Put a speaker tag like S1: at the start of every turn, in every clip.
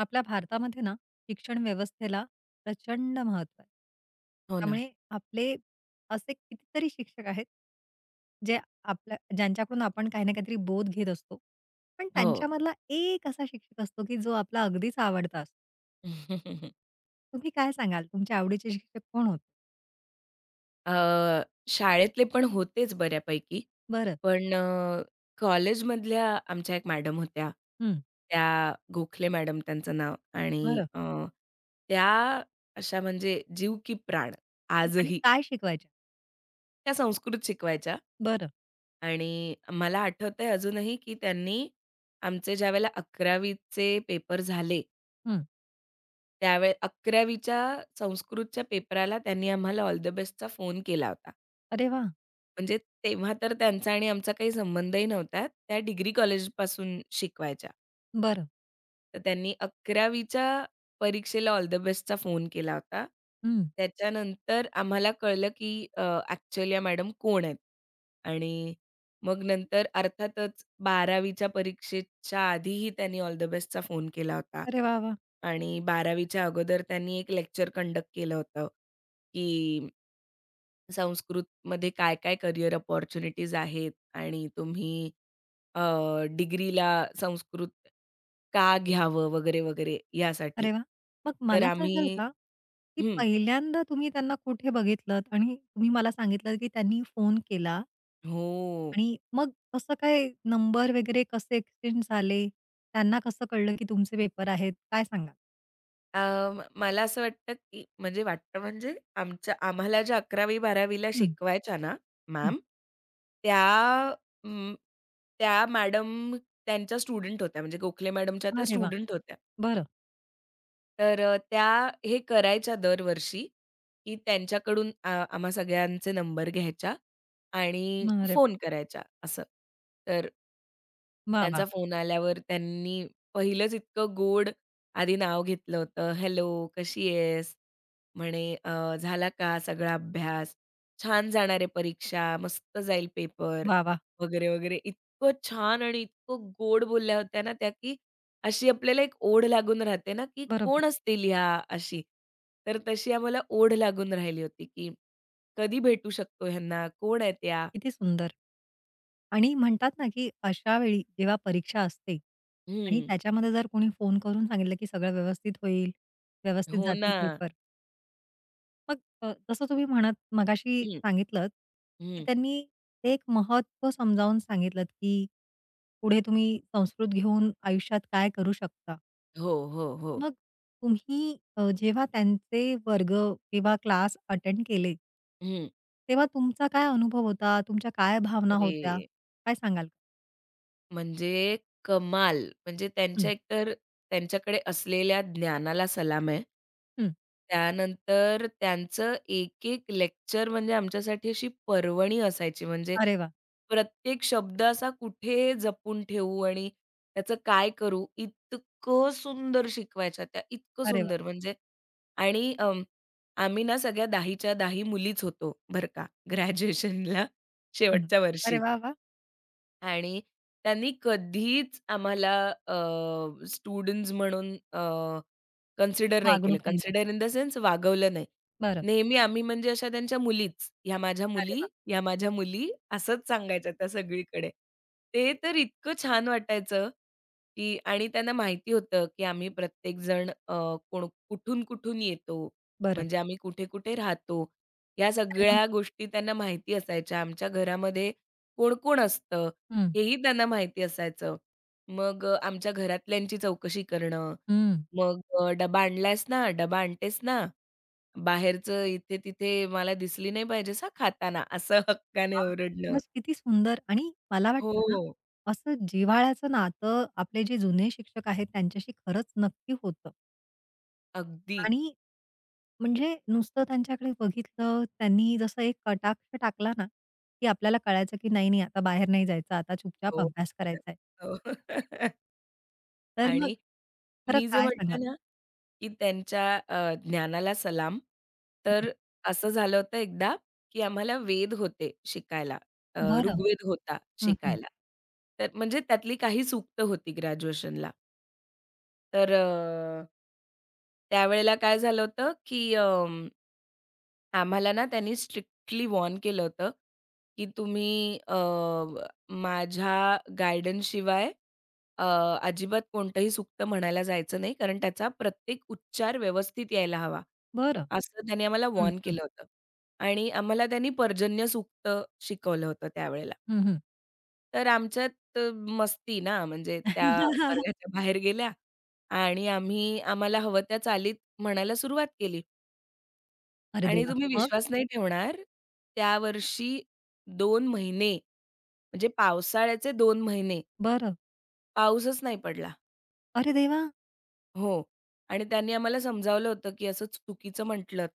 S1: आपल्या भारतामध्ये ना शिक्षण व्यवस्थेला प्रचंड महत्व आहे.
S2: हो ना.
S1: त्यामुळे आपले असे कितीतरी शिक्षक आहेत, जे आपल्या ज्यांच्याकडून आपण काही ना काहीतरी बोध घेत असतो. पण
S2: हो.
S1: त्यांच्यामधला एक असा शिक्षक असतो, की जो आपला अगदीच आवडता असतो. तुम्ही काय सांगाल तुमच्या आवडीचे शिक्षक कोण होते?
S2: अ, शाळेतले पण होतेच बऱ्यापैकी.
S1: बरं.
S2: पण कॉलेजमधल्या आमच्या एक मॅडम होत्या.
S1: हं.
S2: त्या गोखले मॅडम त्यांचं नाव आणि
S1: बरं.
S2: त्या अशा म्हणजे जीव की प्राण
S1: आणि
S2: आजही.
S1: काय शिकवायच्या?
S2: त्या संस्कृत शिकवायच्या
S1: बरं.
S2: आणि मला आठवतंय अजूनही, की त्यांनी आमचे ज्यावेळेला 11वी पेपर झाले,
S1: हं.
S2: त्यावेळे 11वी संस्कृतच्या पेपराला त्यांनी आम्हाला ऑल द बेस्टचा फोन केला होता.
S1: अरे वाह!
S2: म्हणजे तेव्हा तर त्यांचा आणि आमचा काही संबंधही नव्हता. त्या डिग्री कॉलेजपासून शिकवायच्या.
S1: बरं.
S2: तर त्यांनी 11वीच्या परीक्षेला ऑल द बेस्टचा फोन केला होता.
S1: हं.
S2: त्याच्यानंतर आम्हाला कळलं, की ॲक्चुअली या मॅडम कोण आहेत? आणि मग नंतर अर्थातच 12वीच्या परीक्षेच्या आधीही त्यांनी ऑल द बेस्टचा फोन केला होता.
S1: अरे वाह! वाह!
S2: आणि 12वीच्या अगोदर त्यांनी एक लेक्चर कंडक्ट केलं होतं, की संस्कृतमध्ये काय-काय करियर अपॉर्च्युनिटीज आहेत आणि तुम्ही अ, डिग्रीला संस्कृत का घ्यावं वगैरे, वगैरे यासाठी.
S1: अरे वाह! मग
S2: तर
S1: मला सांगाल
S2: आम्ही
S1: का, की
S2: हं,
S1: पहिल्यांदा तुम्ही त्यांना कुठे बघितलत आणि तुम्ही मला सांगितलं, की त्यांनी फोन केला
S2: हो.
S1: आणि मग कसं काय नंबर वगैरे कसे एक्सचेंज झाले? त्यांना कसं कळलं, की तुमचे पेपर आहेत? काय सांगाल?
S2: अ, म मला असं वाटतं, की म्हणजे वाटतं म्हणजे आमच्या आम्हाला ज्या 11वी-12वी
S1: हं,
S2: शिकवायच्या ना
S1: हं.
S2: मॅम, त्या अं, त्या मॅडम त्यांच्या स्टुडंट होत्या. म्हणजे गोखले मॅडमच्या त्या
S1: अरे वाह!
S2: स्टुडंट होत्या.
S1: बरं.
S2: तर त्या हे करायच्या दरवर्षी, की त्यांच्याकडून आम्हा सगळ्यांचे नंबर घ्यायच्या आणि
S1: मग अरे
S2: फोन करायच्या असं. तर
S1: वाह,
S2: त्यांचा
S1: वाह!
S2: फोन आल्यावर त्यांनी पहिलंच इतकं गोड आधी नाव घेतलं होतं, "हॅलो, कशी आहेस?" म्हणे "झाला का सगळा अभ्यास? छान जाणार परीक्षा, मस्त जाईल पेपर"
S1: वाह, वाह!
S2: वगैरे, वगैरे. इतकं छान आणि इतकं गोड बोलल्या होत्या ना त्या, की अशी आपल्याला एक ओढ लागून राहते ना, की
S1: बरोबर.
S2: कोण असतील ह्या अशी. तर तशी आम्हाला ओढ लागून राहिली होती, की कधी भेटू शकतो ह्यांना? कोण आहेत या?
S1: किती सुंदर. आणि म्हणतात ना, की अशा वेळी जेव्हा परीक्षा असते आणि
S2: हं.
S1: त्याच्यामध्ये जर कोणी फोन करून सांगितलं, की सगळं व्यवस्थित होईल, व्यवस्थित
S2: हो ना.
S1: जातील पेपर. मग जसं तुम्ही म्हणत मगाशी
S2: हं,
S1: सांगितलंत, की
S2: हं.
S1: त्यांनी ते एक महत्त्व समजावून सांगितलंत, की पुढे तुम्ही संस्कृत घेऊन आयुष्यात काय करू शकता.
S2: हो, हो, हो.
S1: मग तुम्ही जेव्हा त्यांचे वर्ग किंवा क्लास अटेंड केले
S2: हं.
S1: तेव्हा तुमचा काय अनुभव होता? तुमच्या काय भावना होत्या?
S2: अरे
S1: काय सांगाल? का?
S2: म्हणजे कमाल! म्हणजे त्यांच्या
S1: हं,
S2: एकतर त्यांच्याकडे असलेल्या ज्ञानाला सलाम आहे.
S1: हं.
S2: त्यानंतर त्यांचं एक-एक लेक्चर म्हणजे आमच्यासाठी अशी पर्वणी असायची. म्हणजे
S1: अरे वाह!
S2: प्रत्येक शब्द असा कुठे जपून ठेवू आणि त्याचं काय करू, इतकं सुंदर शिकवायच्या त्या, इतकं
S1: अरे
S2: सुंदर
S1: वाह!
S2: म्हणजे आणि आम्ही ना सगळ्या 10च्या 10 मुलीच होतो बरं का ग्रॅज्युएशनला
S1: हं.
S2: शेवटच्या
S1: अरे
S2: वर्षी.
S1: वाह, वाह!
S2: आणि त्यांनी कधीच आम्हाला अ, स्टुडंट्स म्हणून अ, कन्सिडर नाही केलं.
S1: वागणूक नाही दिली.
S2: कन्सिडर इन द सेन्स वागवलं नाही.
S1: बरं.
S2: नेहमी आम्ही म्हणजे अशा त्यांच्या मुलीच. "ह्या माझ्या
S1: अरे
S2: मुली,
S1: वाह!
S2: ह्या माझ्या मुली" असंच सांगायच्या त्या सगळीकडे. ते तर इतकं छान वाटायचं, की आणि त्यांना माहिती होतं, की आम्ही प्रत्येकजण कोण कुठून-कुठून येतो.
S1: बरं.
S2: म्हणजे आम्ही कुठे-कुठे राहतो. या
S1: अरे वाह!
S2: सगळ्या गोष्टी त्यांना माहिती असायच्या. आमच्या घरामध्ये कोण-कोण असतं
S1: हं,
S2: हेही त्यांना माहिती असायचं. मग आमच्या घरातल्यांची चौकशी करणं
S1: हं.
S2: मग डबा आणलायस ना, डबा आणतेस ना, बाहेरचं इथे-तिथे मला दिसली नाही पाहिजेस हां खाताना, असं हक्काने
S1: वाह!
S2: ओरडणं.
S1: खरंच किती सुंदर आणि मला वाटतं ना,
S2: हो,
S1: असं जिव्हाळ्याचं नातं आपले जे जुने शिक्षक आहेत त्यांच्याशी खरंच नक्की होतं
S2: अगदी.
S1: आणि म्हणजे नुसतं त्यांच्याकडे बघितलं, त्यांनी जसं एक कटाक्ष टाकला ना, की आपल्याला कळायचं की नाही, नाही आता बाहेर नाही जायचं, आता चुपचाप
S2: हो.
S1: अभ्यास करायचा आहे.
S2: हो.
S1: तर मग
S2: आणि
S1: खरं
S2: मी जे
S1: काय सांगाल?
S2: म्हटलं ना, की त्यांच्या ज्ञानाला सलाम.
S1: हं,
S2: तर असं झालं होतं एकदा, की आम्हाला वेद होते शिकायला.
S1: बरं.
S2: ऋग्वेद होता
S1: हं, हं.
S2: शिकायला. तर म्हणजे त्यातली काही सूक्तं होती ग्रॅज्युएशनला. तर त्यावेळेला काय झालं होतं, की आम्हाला ना त्यांनी स्ट्रिक्टली वॉर्न केलं होतं, की तुम्ही माझ्या गाईडन्सशिवाय अ, अजिबात कोणतंही सूक्त म्हणायला जायचं नाही, कारण त्याचा प्रत्येक उच्चार व्यवस्थित यायला हवा,
S1: बरं.
S2: असं त्यांनी आम्हाला
S1: हं,
S2: वॉर्न केलं होतं. आणि आम्हाला त्यांनी पर्जन्य सूक्त शिकवलं होतं त्यावेळेला.
S1: हं, हं.
S2: तर आमच्यात मस्ती ना, म्हणजे त्या वर्गाच्या बाहेर गेल्या आणि आम्ही आम्हाला हवं त्या चालीत म्हणायला सुरुवात केली
S1: अरे
S2: आणि
S1: देवा!
S2: तुम्ही
S1: मग?
S2: विश्वास नाही ठेवणार, त्या वर्षी 2 महिने म्हणजे पावसाळ्याचे 2 महिने
S1: बरं.
S2: पाऊसच नाही पडला.
S1: अरे देवा!
S2: हो. आणि त्यांनी आम्हाला समजावलं होतं, की असं चुकीचं म्हटलंत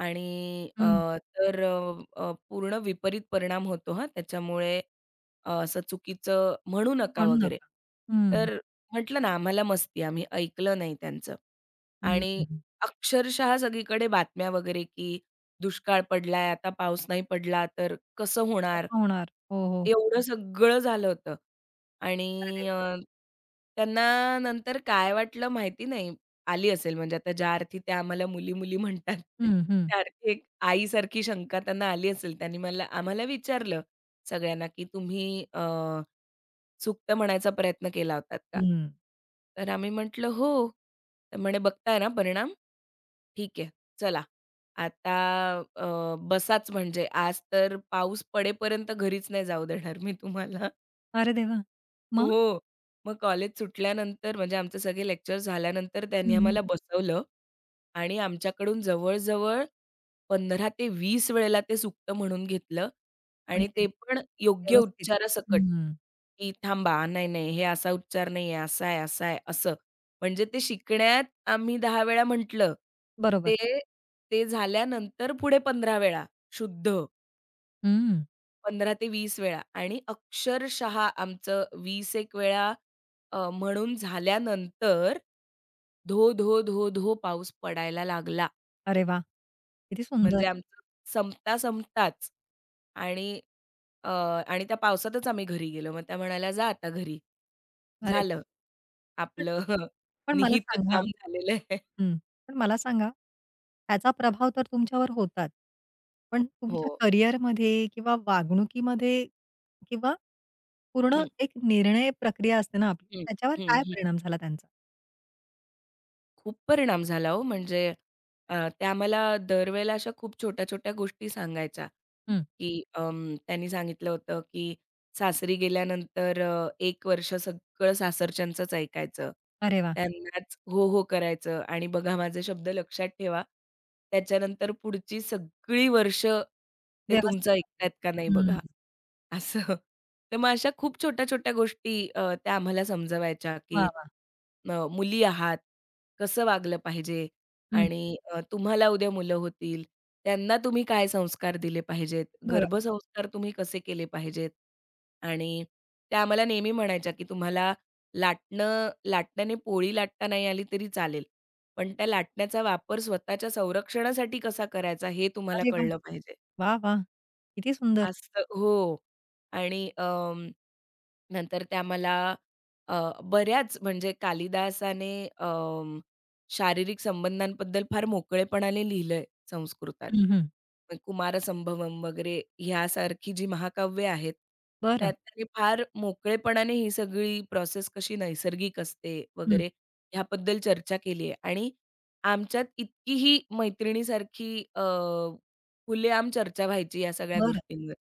S2: आणि अ,
S1: हं.
S2: तर अ, अ, पूर्ण विपरीत परिणाम होतो हां, त्याच्यामुळे असं चुकीचं म्हणू नका
S1: म्हणू
S2: वगैरे.
S1: नका. हं,
S2: तर म्हटलं ना, आम्हाला मस्ती, आम्ही ऐकलं नाही त्यांचं. आणि
S1: हं.
S2: अक्षरशः सगळीकडे बातम्या वगैरे, की दुष्काळ पडलाय, आता पाऊस नाही पडला तर कसं होणार?
S1: गप्पा होणार. हो, हो.
S2: एवढं सगळं झालं होतं. आणि
S1: अरे देवा!
S2: अ, त्यांना नंतर काय वाटलं माहिती नाही. आली असेल म्हणजे आता ज्या अर्थी त्या आम्हाला मुली-मुली म्हणतात,
S1: हं, हं.
S2: त्या अर्थी एक आईसारखी शंका त्यांना आली असेल. त्यांनी आम्हाला विचारलं सगळ्यांना, की "तुम्ही सुक्त म्हणायचा प्रयत्न केला होतात का?"
S1: हं.
S2: तर आम्ही म्हटलं, "हो." तर म्हणे, "बघताय ना परिणाम? ठीक आहे, चला आता अ, बसाच म्हणजे आज तर पाऊस पडेपर्यंत घरीच नाही जाऊ देणार मी तुम्हाला."
S1: अरे देवा! मग?
S2: हो. मग कॉलेज सुटल्यानंतर म्हणजे आमचे सगळे लेक्चर झाल्यानंतर त्यांनी
S1: हं.
S2: आम्हाला बसवलं आणि आमच्याकडून जवळ-जवळ 15 ते 20 वेळेला ते सुक्त म्हणून घेतलं
S1: आणि
S2: आणि
S1: ते
S2: ते पण योग्य
S1: व्यवस्थित.
S2: उच्चारासकट,
S1: हं.
S2: की "थांबा, नाही-नाही हे असा उच्चार नाहीये, असा आहे, असा आहे," असं. म्हणजे ते शिकण्यात आम्ही 10 वेळा म्हटलं.
S1: बरोबर.
S2: ते ते झाल्यानंतर पुढे 15 वेळा शुद्ध.
S1: हं.
S2: 15 ते 20 वेळा आणि अक्षरशः आमचं 20 एक वेळा म्हणून झाल्यानंतर धो, धो, धो, धो पाऊस पडायला लागला.
S1: अरे वाह! किती
S2: म्हणजे
S1: सुंदर.
S2: आमचं संपता-संपताच आणि आणि त्या पावसातच आम्ही घरी गेलो. मग त्या म्हणाल्या, "जा आता घरी.
S1: अरे वाह!
S2: झालं
S1: पण
S2: आपलं
S1: पण मला
S2: निहित
S1: सांगा
S2: काम झालेलं आहे."
S1: हं. पण मला सांगा, त्याचा प्रभाव तर तुमच्यावर होताच. पण
S2: हो.
S1: तुमच्या करिअरमध्ये किंवा वागणुकीमध्ये किंवा पूर्ण
S2: हं,
S1: एक निर्णय प्रक्रिया असते ना आपली,
S2: हं,
S1: त्याच्यावर
S2: हं,
S1: काय
S2: हं.
S1: परिणाम झाला त्यांचा?
S2: खूप परिणाम झाला हो. म्हणजे त्या आम्हाला दरवेळेला अशा खूप छोट्या-छोट्या गोष्टी सांगायच्या,
S1: हं.
S2: की त्यांनी सांगितलं होतं, की सासरी गेल्यानंतर 1 वर्ष सगळं सासरच्यांचंच ऐकायचं.
S1: अरे वाह!
S2: त्यांनाच हो, हो करायचं आणि बघा माझे शब्द लक्षात ठेवा. त्याच्यानंतर पुढची सगळी वर्ष ते तुमचं
S1: व्यवस्थित
S2: ऐकतायत का नाही
S1: सांगितलं.
S2: बघा,
S1: हं.
S2: असं. तर मग अशा खूप छोट्या-छोट्या गोष्टी त्या आम्हाला समजवायच्या, की
S1: वाह, वाह!
S2: मुली आहात, कसं वागलं पाहिजे
S1: हं,
S2: आणि तुम्हाला उद्या मुलं होतील, त्यांना तुम्ही काय संस्कार दिले पाहिजेत,
S1: बरोबर.
S2: गर्भसंस्कार तुम्ही कसे केले पाहिजेत आणि त्या आम्हाला नेहमी म्हणायच्या, की तुम्हाला लाटणं लाटण्याने पोळी लाटता नाही आली तरी चालेल, पण त्या लाटण्याचा वापर स्वतःच्या संरक्षणासाठी कसा करायचा हे तुम्हाला
S1: अरे वाह!
S2: कळलं पाहिजे.
S1: वाह, वाह! किती सुंदर.
S2: असतं हो. आणि नंतर त्या मला अ, बऱ्याच म्हणजे कालिदासाने अं, शारीरिक संबंधांबद्दल फार मोकळेपणाने लिहिलंय संस्कृतात.
S1: हं, हं.
S2: मग कुमारसंभवम वगैरे ह्यासारखी जी महाकाव्य आहेत, त्यात
S1: बरं.
S2: त्याने फार मोकळेपणाने ही सगळी प्रोसेस कशी नैसर्गिक असते
S1: हं,
S2: वगैरे ह्याबद्दल चर्चा केली आहे. आणि आमच्यात इतकीही मैत्रिणीसारखी खुलेआम चर्चा व्हायची या सगळ्या
S1: बरं.
S2: गोष्टींवर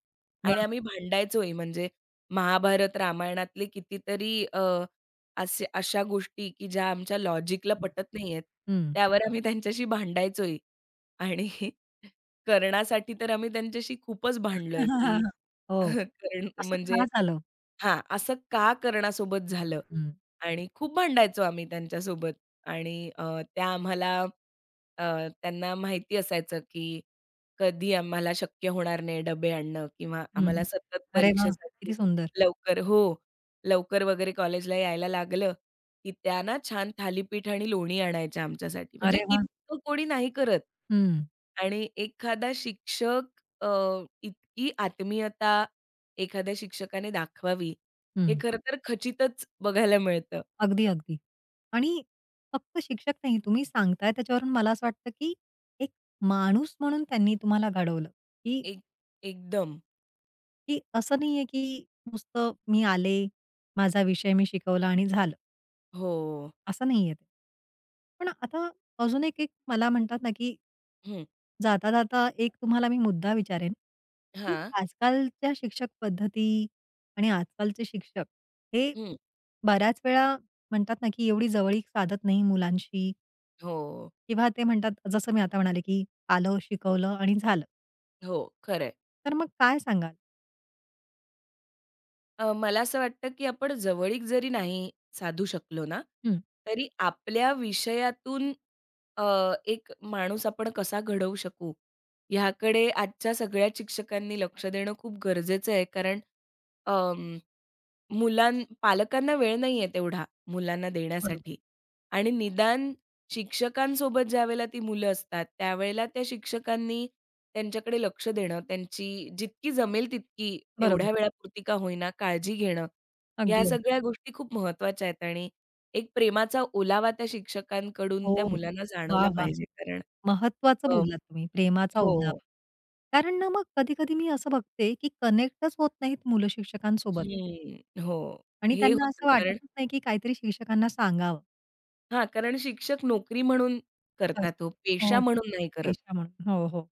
S2: आणि
S1: वाह!
S2: आम्ही भांडायचोही. म्हणजे महाभारत, रामायणातले कितीतरी असे अशा गोष्टी, की ज्या आमच्या लॉजिकला पटत नाहीयेत,
S1: हं.
S2: त्यावर आम्ही त्यांच्याशी भांडायचोही. आणि कर्णासाठी तर आम्ही त्यांच्याशी खूपच भांडलोय, की
S1: हो,
S2: कर्ण
S1: असं
S2: म्हणजे
S1: का झालं?
S2: हां, असं का कर्णासोबत झालं?
S1: हं,
S2: आणि खूप भांडायचो आम्ही त्यांच्यासोबत आणि अ, त्या आम्हाला अ, त्यांना माहिती असायचं, की कधी आम्हाला शक्य होणार नाही डबे आणणं किंवा आम्हाला
S1: हं,
S2: सतत
S1: अरे वाह!
S2: परीक्षेसाठी
S1: किती सुंदर.
S2: लवकर हो, लवकर वगैरे कॉलेजला यायला लागलं, की त्या ना छान थालीपीठ आणि लोणी आणायच्या आमच्यासाठी. म्हणजे
S1: अरे वाह!
S2: इतकं कोणी नाही करत.
S1: हं,
S2: आणि एखादा शिक्षक अ, इतकी आत्मीयता एखाद्या शिक्षकाने दाखवावी, हे
S1: हं.
S2: खरं तर खचितच बघायला मिळतं.
S1: अगदी, अगदी. आणि फक्त शिक्षक नाही, तुम्ही सांगताय त्याच्यावरून मला असं वाटतं, की एक माणूस म्हणून त्यांनी तुम्हाला घडवलं, की
S2: एक एकदम.
S1: की असं नाहीये, की नुसतं मी आले, माझा विषय मी शिकवला आणि झालं.
S2: हो.
S1: असं नाहीये ते. पण आता अजून एक एक मला म्हणतात ना, की
S2: हं.
S1: जाता, जाता एक तुम्हाला मी मुद्दा विचारेन, की
S2: हां.
S1: आजकालच्या शिक्षक पद्धती आणि आजकालचे शिक्षक हे
S2: हं.
S1: बऱ्याच वेळा म्हणतात ना, की एवढी जवळीक साधत नाही मुलांशी
S2: हो,
S1: किंवा ते म्हणतात जसं मी आता म्हणाले, की आलं, शिकवलं आणि झालं.
S2: हो. खरं आहे.
S1: तर मग काय सांगाल?
S2: मला असं वाटतं, की आपण जवळीक जरी नाही साधू शकलो ना,
S1: हं,
S2: तरी आपल्या विषयातून अ, एक माणूस आपण कसा घडवू शकू, ह्याकडे आजच्या सगळ्याच शिक्षकांनी लक्ष देणं खूप गरजेचं आहे. कारण अं पालकांना वेळ नाहीये तेवढा मुलांना
S1: बरोबर,
S2: देण्यासाठी आणि निदान शिक्षकांसोबत ज्यावेळेला ती मुलं असतात, त्यावेळेला त्या शिक्षकांनी त्यांच्याकडे लक्ष देणं, त्यांची जितकी जमेल तितकी तेवढ्या
S1: बरोबर.
S2: वेळापुरती का होईना काळजी घेणं, या
S1: अगदी, अगदी.
S2: सगळ्या गोष्टी खूप महत्त्वाच्या आहेत आणि एक प्रेमाचा ओलावा त्या शिक्षकांकडून
S1: हो,
S2: त्या मुलांना
S1: वाह!
S2: जाणवला
S1: वाह!
S2: पाहिजे कारण
S1: महत्त्वाचं
S2: अ,
S1: बोललात तुम्ही, प्रेमाचा
S2: हो.
S1: ओलावा. कारण ना मग कधी-कधी मी असं बघते, की कनेक्टच होत नाहीत मुलं शिक्षकांसोबत
S2: हं. हो.
S1: आणि
S2: हे
S1: त्यांना
S2: होतं
S1: असं वाटतच
S2: कारण
S1: नाही, की काहीतरी शिक्षकांना सांगावं.
S2: हां, कारण शिक्षक नोकरी म्हणून करतात हो,
S1: असं. हो,
S2: पेशा
S1: हो.
S2: म्हणून नाही करत.
S1: पेशा म्हणून. हो, हो.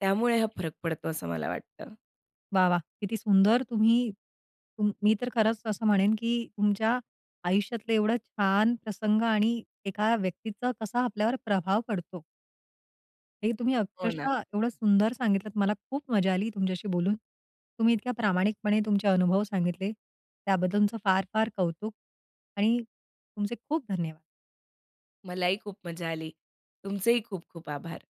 S2: त्यामुळे हा फरक पडतो असं मला वाटतं.
S1: वाह! वाह! किती सुंदर तुम्ही मी तर खरंच असं म्हणेन, की तुमच्या आयुष्यातलं एवढं छान प्रसंग आणि एका व्यक्तीचा कसा आपल्यावर प्रभाव पडतो. हे तुम्ही
S2: हो ना.
S1: अक्षरशः एवढं सुंदर सांगितलत. मला खूप मजा आली तुमच्याशी बोलून. तुम्ही इतक्या प्रामाणिकपणे तुमचे अनुभव सांगितले. त्याबद्दल तुमचं फार फार कौतुक आणि तुमचे खूप धन्यवाद.
S2: मलाही खूप मजा आली. तुमचेही खूप खूप आभार.